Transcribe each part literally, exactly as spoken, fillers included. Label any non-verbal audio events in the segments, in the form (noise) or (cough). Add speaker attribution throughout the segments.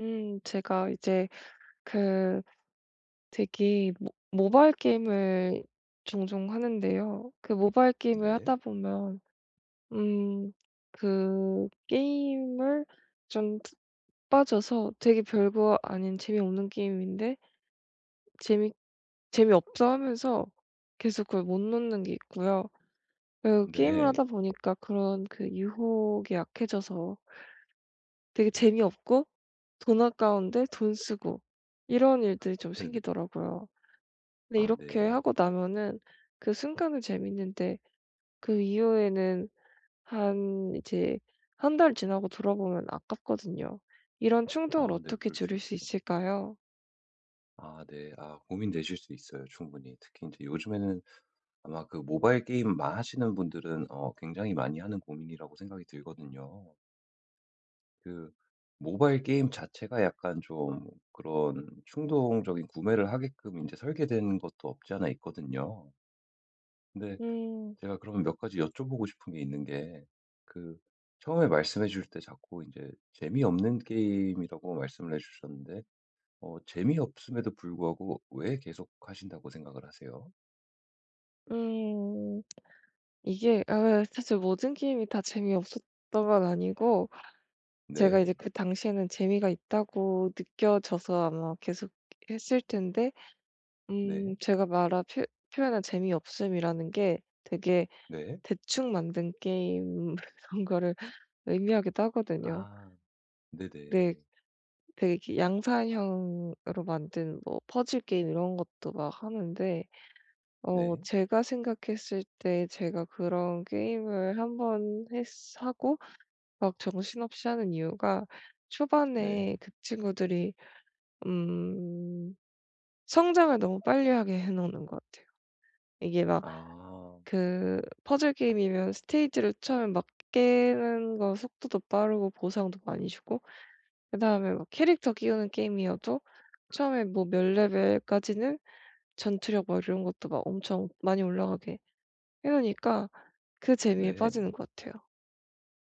Speaker 1: 음 제가 이제 그 되게 모 모바일 게임을 종종 하는데요. 그 모바일 게임을
Speaker 2: 네.
Speaker 1: 하다 보면 음 그 게임을 좀 푹 빠져서 되게 별거 아닌 재미없는 게임인데 재미 재미없어 하면서 계속 그걸 못 놓는 게 있고요. 그 게임을
Speaker 2: 네.
Speaker 1: 하다 보니까 그런 그 유혹이 약해져서 되게 재미없고, 돈 아까운데 돈 쓰고 이런 일들이 좀
Speaker 2: 네네.
Speaker 1: 생기더라고요. 근데
Speaker 2: 아
Speaker 1: 이렇게
Speaker 2: 네.
Speaker 1: 하고 나면은 그 순간은 재밌는데, 그 이후에는 한 이제 한 달 지나고 돌아보면 아깝거든요. 이런 충동을
Speaker 2: 아 네.
Speaker 1: 어떻게
Speaker 2: 그럴 수
Speaker 1: 줄일 수
Speaker 2: 있죠.
Speaker 1: 있을까요?
Speaker 2: 아 네. 아 고민되실 수 있어요 충분히. 특히 이제 요즘에는 아마 그 모바일 게임만 하시는 분들은 어 굉장히 많이 하는 고민이라고 생각이 들거든요. 그 모바일 게임 자체가 약간 좀 그런 충동적인 구매를 하게끔 이제 설계된 것도 없지 않아 있거든요. 근데
Speaker 1: 음.
Speaker 2: 제가 그러면 몇 가지 여쭤보고 싶은 게 있는 게 그 처음에 말씀해 주실 때 자꾸 이제 재미없는 게임이라고 말씀을 해 주셨는데 어 재미없음에도 불구하고 왜 계속 하신다고 생각을 하세요?
Speaker 1: 음. 이게, 아 사실 모든 게임이 다 재미없었던 건 아니고, 제가
Speaker 2: 네.
Speaker 1: 이제 그 당시에는 재미가 있다고 느껴져서 아마 계속 했을 텐데,
Speaker 2: 네.
Speaker 1: 음 제가 말한 표 표현한 재미없음이라는 게 되게
Speaker 2: 네.
Speaker 1: 대충 만든 게임 (laughs) 그런 거를 의미하기도 하거든요.
Speaker 2: 아. 네네.
Speaker 1: 근데 되게 이렇게 양산형으로 만든 뭐 퍼즐 게임 이런 것도 막 하는데, 어
Speaker 2: 네.
Speaker 1: 제가 생각했을 때 제가 그런 게임을 한번 했 하고 막 정신없이 하는 이유가,
Speaker 2: 네.
Speaker 1: 초반에 그 친구들이 음 성장을 너무 빨리 하게 해 놓는 것 같아요. 이게 막
Speaker 2: 아.
Speaker 1: 그 퍼즐 게임이면 스테이지를 처음에 막 깨는 거 속도도 빠르고 보상도 많이 주고, 그다음에 막 캐릭터 키우는 게임이어도 처음에 뭐 몇 레벨까지는 전투력 막 이런 것도 막 엄청 많이 올라가게 해 놓으니까 그 재미에
Speaker 2: 네.
Speaker 1: 빠지는 것 같아요.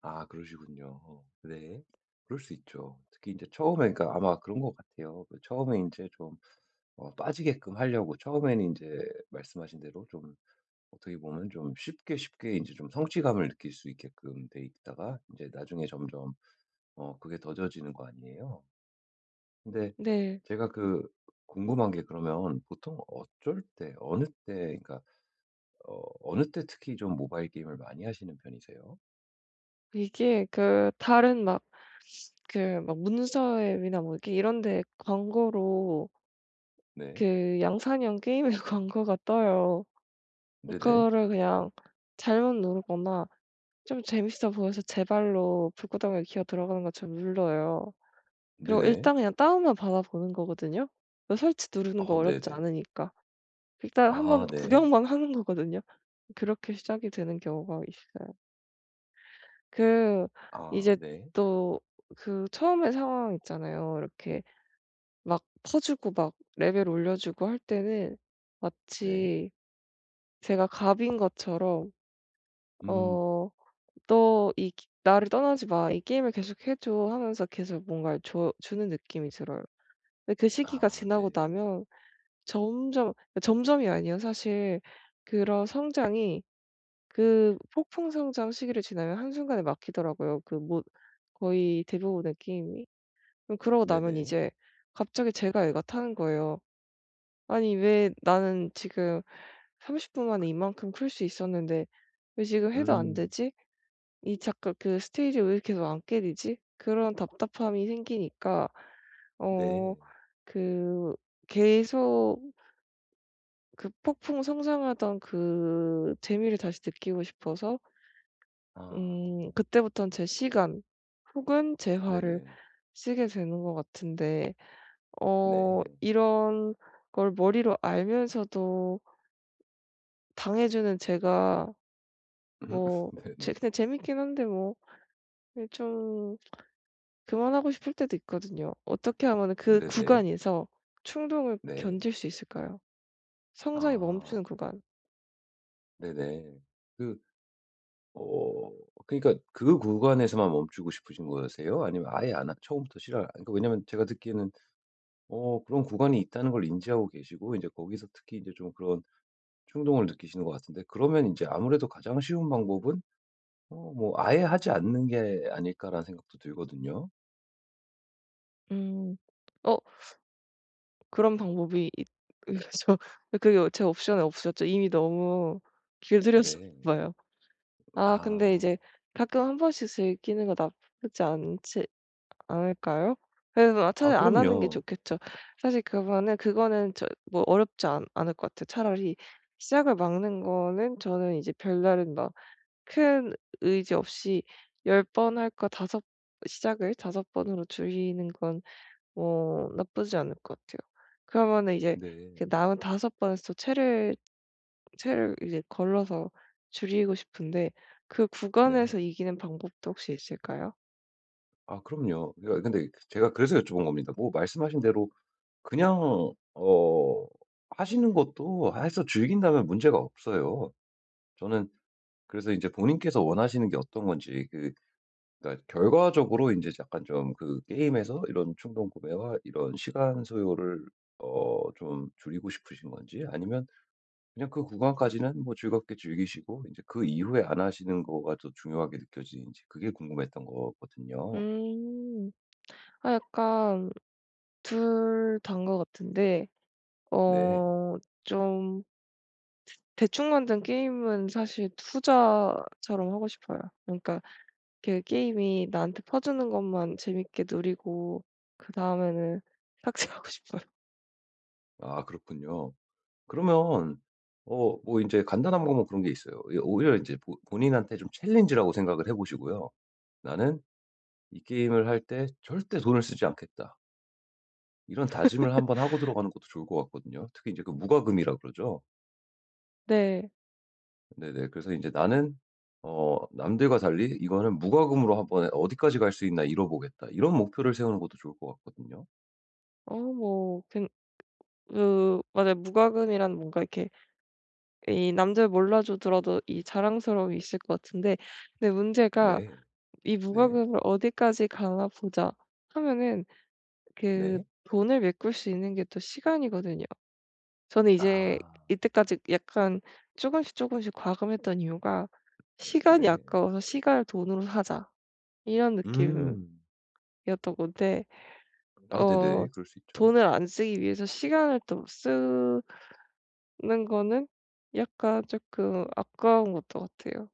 Speaker 2: 아 그러시군요. 네. 그럴 수 있죠. 특히 이제 처음에 그러니까 아마 그런 것 같아요. 그 처음에 이제 좀 어 빠지게끔 하려고 처음에는 이제 말씀하신 대로 좀 어떻게 보면 좀 쉽게 쉽게 이제 좀 성취감을 느낄 수 있게끔 돼 있다가 이제 나중에 점점 어 그게 더뎌지는 거 아니에요. 근데
Speaker 1: 네.
Speaker 2: 제가 그 궁금한 게 그러면 보통 어쩔 때 어느 때 그러니까 어 어느 때 특히 좀 모바일 게임을 많이 하시는 편이세요?
Speaker 1: 이게, 그 다른 막 그 막 문서 앱이나 뭐 이렇게 이런 데 광고로
Speaker 2: 네.
Speaker 1: 그 양산형 게임의 (laughs) 광고가 떠요.
Speaker 2: 네네.
Speaker 1: 그거를 그냥 잘못 누르거나 좀 재밌어 보여서 제 발로 불구덩이에 기어 들어가는 것처럼 눌러요. 그리고
Speaker 2: 네네.
Speaker 1: 일단 그냥 다운만 받아 보는 거거든요. 그 설치 누르는 거
Speaker 2: 어
Speaker 1: 어렵지
Speaker 2: 네네.
Speaker 1: 않으니까. 일단 한번
Speaker 2: 아 네.
Speaker 1: 구경만 (laughs) 하는 거거든요. 그렇게 시작이 되는 경우가 있어요. 그
Speaker 2: 아
Speaker 1: 이제
Speaker 2: 네.
Speaker 1: 또 그 처음에 상황 있잖아요. 이렇게 막 퍼주고 막 레벨 올려주고 할 때는
Speaker 2: 네.
Speaker 1: 마치 제가 갑인 것처럼
Speaker 2: 음.
Speaker 1: 어 "너 이 나를 떠나지 마. 이 게임을 계속해 줘." 하면서 계속 뭔가를 줘 주는 느낌이 들어요. 근데 그 시기가
Speaker 2: 아
Speaker 1: 지나고
Speaker 2: 네.
Speaker 1: 나면 점점, 점점이 아니에요. 사실 그런 성장이, 그 폭풍 성장 시기를 지나면 한순간에 막히더라고요, 그 뭐 거의 대부분의 게임이. 그럼 그러고 나면
Speaker 2: 네네.
Speaker 1: 이제 갑자기 제가 애가 타는 거예요. 아니 왜 나는 지금 삼십 분 만에 이만큼 클 수 있었는데 왜 지금 해도 안
Speaker 2: 음.
Speaker 1: 되지? 이 자꾸 그 스테이지 왜 계속 안 깨지지? 그런 답답함이 생기니까 어
Speaker 2: 네.
Speaker 1: 그 계속 그 폭풍 성장하던 그 재미를 다시 느끼고 싶어서
Speaker 2: 아.
Speaker 1: 음 그때부터는 제 시간 혹은 재화를
Speaker 2: 네네.
Speaker 1: 쓰게 되는 것 같은데,
Speaker 2: 네.
Speaker 1: 어
Speaker 2: 네.
Speaker 1: 이런 걸 머리로 알면서도 당해 주는 제가
Speaker 2: 음.
Speaker 1: 뭐,
Speaker 2: (laughs) 네네.
Speaker 1: 제 그냥 재밌긴 한데 뭐 예 좀 그만하고 싶을 때도 있거든요. 어떻게 하면은 그
Speaker 2: 네네.
Speaker 1: 구간에서 충동을
Speaker 2: 네.
Speaker 1: 견딜 수 있을까요? 성장이
Speaker 2: 아
Speaker 1: 멈추는 구간.
Speaker 2: 네네. 그 어 그러니까 그 구간에서만 멈추고 싶으신 거세요? 아니면 아예 안 하 처음부터 싫어 그러니까 왜냐면 제가 듣기에는 어 그런 구간이 있다는 걸 인지하고 계시고 이제 거기서 특히 이제 좀 그런 충동을 느끼시는 것 같은데 그러면 이제 아무래도 가장 쉬운 방법은 어 뭐 '아예 하지 않는 게 아닐까.'라는 생각도 들거든요.
Speaker 1: 음. 어 그런 방법이 있 그래서 그게 제 옵션에 없었죠. 이미 너무 길들여졌나
Speaker 2: 네.
Speaker 1: 봐요. 아 근데 이제
Speaker 2: 아.
Speaker 1: 가끔 한 번씩 즐기는 거 나쁘지 않지 않을까요? 그래서 아
Speaker 2: 아
Speaker 1: 차라리 안 하는 게
Speaker 2: 그럼요.
Speaker 1: 좋겠죠. 사실 그거는 그거는 저 뭐 어렵지 않 않을 것 같아요. 차라리 시작을 막는 거는, 저는 이제 별다른 막 큰 의지 없이 열 번 할거섯 시작을 다섯 번으로 줄이는 건 어 나쁘지 않을 것 같아요. 그러면은 이제
Speaker 2: 네.
Speaker 1: 그 남은 다섯 번에서 또 채를 채를 이제 걸러서 줄이고 싶은데, 그
Speaker 2: 네.
Speaker 1: 구간에서 이기는 방법도 혹시 있을까요?
Speaker 2: 아 그럼요. 그러니까 근데 제가 그래서 여쭤본 겁니다. 뭐 말씀하신 대로 그냥 어 하시는 것도 해서 즐긴다면 문제가 없어요. 저는 그래서 이제 본인께서 원하시는 게 어떤 건지 그 그러니까 결과적으로 이제 약간 좀 그 게임에서 이런 충동 구매와 이런 시간 소요를 어 좀 줄이고 싶으신 건지 아니면 그냥 그 구간까지는 뭐 즐겁게 즐기시고 이제 그 이후에 안 하시는 거가 더 중요하게 느껴지는지 그게 궁금했던 거거든요.
Speaker 1: 음. 아 약간 둘 다인 것 같은데,
Speaker 2: 네.
Speaker 1: 어 좀 대충 만든 게임은 사실 투자처럼 하고 싶어요. 그러니까 그 게임이 나한테 퍼주는 것만 재밌게 누리고 그다음에는 삭제하고 (laughs) 싶어요.
Speaker 2: 아 그렇군요. 그러면 어 뭐 인제 간단한 방법 뭐 그런 게 있어요. 이 오히려 인제 보 본인한테 좀 챌린지라고 생각을 해 보시고요. '나는 이 게임을 할 때 절대 돈을 쓰지 않겠다.' 이런 다짐을 한번 하고 들어가는 것도 좋을 것 같거든요. 특히 인제 그 무과금이라 그러죠.
Speaker 1: 네.
Speaker 2: 네네. 그래서 인제 '나는 어 남들과 달리 이거는 무과금으로 한번 어디까지 갈 수 있나 이뤄 보겠다.' 이런 목표를 세우는 것도 좋을 것 같거든요.
Speaker 1: 어뭐 그 맞아요. 무과금이란 뭔가 이렇게 이 남들 몰라줘 들어도 이 자랑스러움이 있을 것 같은데, 근데 문제가,
Speaker 2: 네.
Speaker 1: 이
Speaker 2: 네.
Speaker 1: 무과금을 어디까지 가나 보자 하면은 그
Speaker 2: 네.
Speaker 1: 돈을 메꿀 수 있는 게 또 시간이거든요. 저는 이제
Speaker 2: 아.
Speaker 1: 이때까지 약간 조금씩 조금씩 과금했던 이유가 '시간이
Speaker 2: 네.
Speaker 1: 아까워서 시간을 돈으로 사자.' 이런 느낌이었던
Speaker 2: 음.
Speaker 1: 건데,
Speaker 2: 아
Speaker 1: 어
Speaker 2: 네네. 그럴 수 있죠.
Speaker 1: 돈을 안 쓰기 위해서 시간을 또쓰 는 거는 약간 조금 아까운 것도 같아요.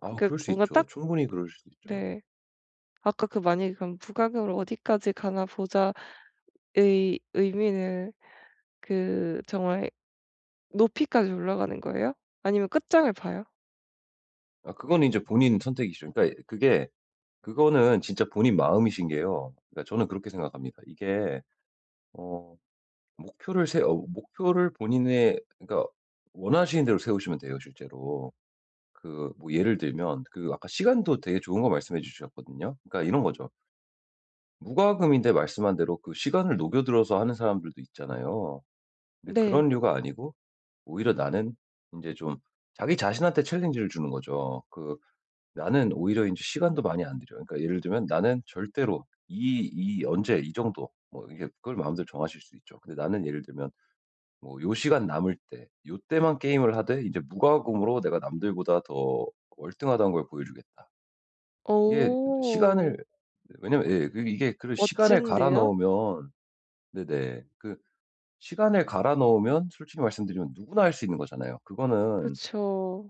Speaker 2: 아
Speaker 1: 그러니까
Speaker 2: 그럴 수
Speaker 1: 뭔가
Speaker 2: 있죠.
Speaker 1: 딱,
Speaker 2: 충분히 그럴 수도 있죠.
Speaker 1: 네. 아까 그 만약에 그럼 '부가격으로 어디까지 가나 보자.'의 의미는 그 정말 높이까지 올라가는 거예요? 아니면 끝장을 봐요?
Speaker 2: 아 그거는 제 본인 선택이시죠. 그러니까 그게 그거는 진짜 본인 마음이신 게요. 그러니까 저는 그렇게 생각합니다. 이게 어 목표를 세 어, 목표를 본인의 그러니까 원하시는 대로 세우시면 돼요 실제로. 그 뭐 예를 들면 그 아까 시간도 되게 좋은 거 말씀해 주셨거든요. 그러니까 이런 거죠. 무과금인데 말씀한 대로 그 시간을 녹여들어서 하는 사람들도 있잖아요. 근데
Speaker 1: 네.
Speaker 2: 그런 류가 아니고 오히려 나는 이제 좀 자기 자신한테 챌린지를 주는 거죠. 그 나는 오히려 이제 시간도 많이 안 들여 그러니까 예를 들면 나는 절대로 이, 이 언제 이 정도 뭐 이게 그걸 마음대로 정하실 수 있죠. 근데 나는 예를 들면 뭐 요 시간 남을 때 요때만 게임을 하되 이제 무과금으로 내가 남들보다 더 월등하다는 걸 보여주겠다. 이게 시간을
Speaker 1: 오
Speaker 2: 왜냐면 예 그 이게 그 시간을 갈아
Speaker 1: 멋진데요?
Speaker 2: 넣으면 네네. 그 시간을 갈아 넣으면 솔직히 말씀드리면 누구나 할 수 있는 거잖아요. 그거는
Speaker 1: 그쵸.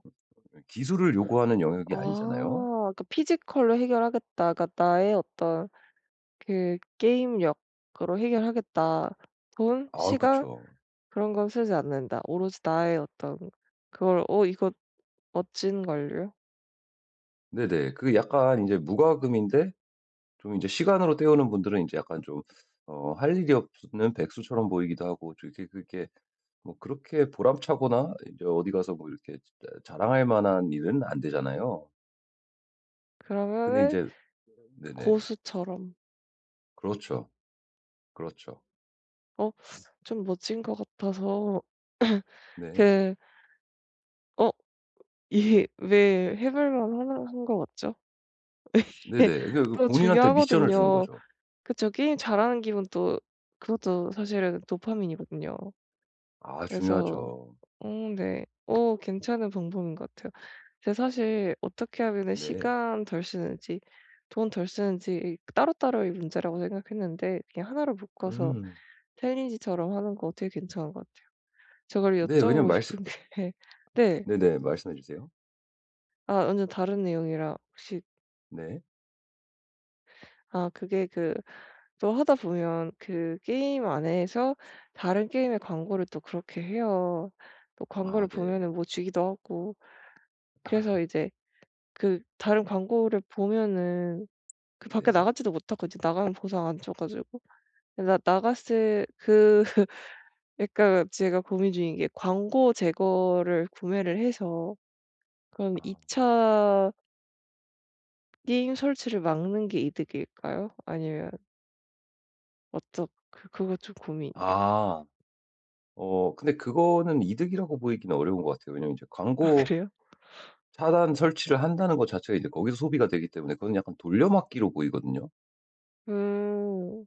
Speaker 2: 기술을 요구하는 영역이 아니잖아요.
Speaker 1: 아. 그 '피지컬로 해결하겠다.' 그러니까 '나의 어떤 그 게임력으로 해결하겠다.' 돈,
Speaker 2: 아
Speaker 1: 시간
Speaker 2: 그쵸.
Speaker 1: 그런 건 쓰지 않는다. 오로지 나의 어떤 그걸 '어 이거 멋진 걸요.'
Speaker 2: 네네. 그게 약간 이제 무과금인데 좀 이제 시간으로 때우는 분들은 이제 약간 좀 어 할 일이 없는 백수처럼 보이기도 하고 좀 이렇게 그렇게 뭐 그렇게 보람차거나 이제 어디 가서 뭐 이렇게 자랑할 만한 일은 안 되잖아요. 근데 이
Speaker 1: 그러면은
Speaker 2: 제 네네.
Speaker 1: 고수처럼
Speaker 2: 그렇죠. 그렇죠.
Speaker 1: '어 좀 멋진 것 같아서
Speaker 2: 네.
Speaker 1: 그 어 이 (laughs) 왜 해볼만 하나 한 것 같죠?'
Speaker 2: 네네.
Speaker 1: 이게
Speaker 2: 그러니까 그
Speaker 1: 또
Speaker 2: 본인한테 미션을 주는
Speaker 1: 중요하거든요.
Speaker 2: 거죠.
Speaker 1: 그쵸. 게임 잘하는 기분, 또 그것도 사실은 도파민이거든요.
Speaker 2: 아
Speaker 1: 그래서
Speaker 2: 중요하죠.
Speaker 1: 어 네. 어 괜찮은 방법인 것 같아요. 근데 사실 어떻게 하면은
Speaker 2: 네.
Speaker 1: 시간 덜 쓰는지 돈 덜 쓰는지 따로따로의 문제라고 생각했는데, 그냥 하나로 묶어서
Speaker 2: 음.
Speaker 1: 챌린지처럼 하는 거 되게 괜찮은 것 같아요. 저걸
Speaker 2: 네. 왜냐면
Speaker 1: 여쭤보고
Speaker 2: 말씀
Speaker 1: 싶은 게 (laughs) 네.
Speaker 2: 네네. 말씀해 주세요.
Speaker 1: 아 완전 다른 내용이라 혹시,
Speaker 2: 네.
Speaker 1: 아 그게, 그 또 하다 보면 그 게임 안에서 다른 게임의 광고를 또 그렇게 해요. 또 광고를
Speaker 2: 아 네.
Speaker 1: 보면은 뭐 주기도 하고, 그래서 이제 그 다른 광고를 보면은 그 밖에
Speaker 2: 네.
Speaker 1: 나가지도 못하고 이제 나가면 보상 안 줘 가지고. 나 나갔을 그 (laughs) 약간 제가 고민 중인 게, 광고 제거를 구매를 해서 그럼 2
Speaker 2: 아.
Speaker 1: 차 게임 설치를 막는 게 이득일까요? 아니면 어떻 그 그거 좀 고민이에요.
Speaker 2: 아. 어 근데 그거는 이득이라고 보이기는 어려운 것 같아요. 왜냐면 이제
Speaker 1: (laughs) 아
Speaker 2: 광고
Speaker 1: 그래요?
Speaker 2: 차단 설치를 한다는 것 자체가 이제 거기서 소비가 되기 때문에 그건 약간 돌려막기로 보이거든요.
Speaker 1: 음.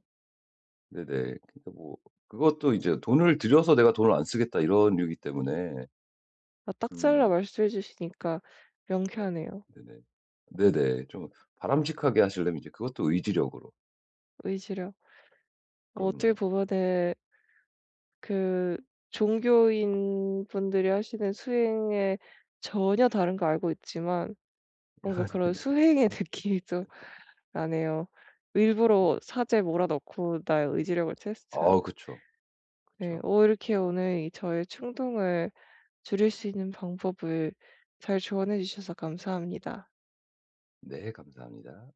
Speaker 2: 네네. 그러니까 뭐 그것도 이제 돈을 들여서 내가 돈을 안 쓰겠다 이런 류이기 때문에
Speaker 1: 아 딱 잘라
Speaker 2: 음
Speaker 1: 말씀해 주시니까 명쾌하네요.
Speaker 2: 네네. 네네. 좀 바람직하게 하시려면 이제 그것도 의지력으로.
Speaker 1: 의지력. 어, 어떻게
Speaker 2: 그럼요.
Speaker 1: 보면은 그 종교인 분들이 하시는 수행에, 전혀 다른 거 알고 있지만
Speaker 2: (laughs)
Speaker 1: 뭔가 그런
Speaker 2: 아
Speaker 1: 수행의 (laughs) 느낌이 좀 나네요. 일부러 사제에 몰아넣고 나의 의지력을 테스트하는.
Speaker 2: 아 그쵸.
Speaker 1: 네.
Speaker 2: 그쵸.
Speaker 1: 오 이렇게 오늘 이 저의 충동을 줄일 수 있는 방법을 잘 조언해 주셔서 감사합니다.
Speaker 2: 네, 감사합니다.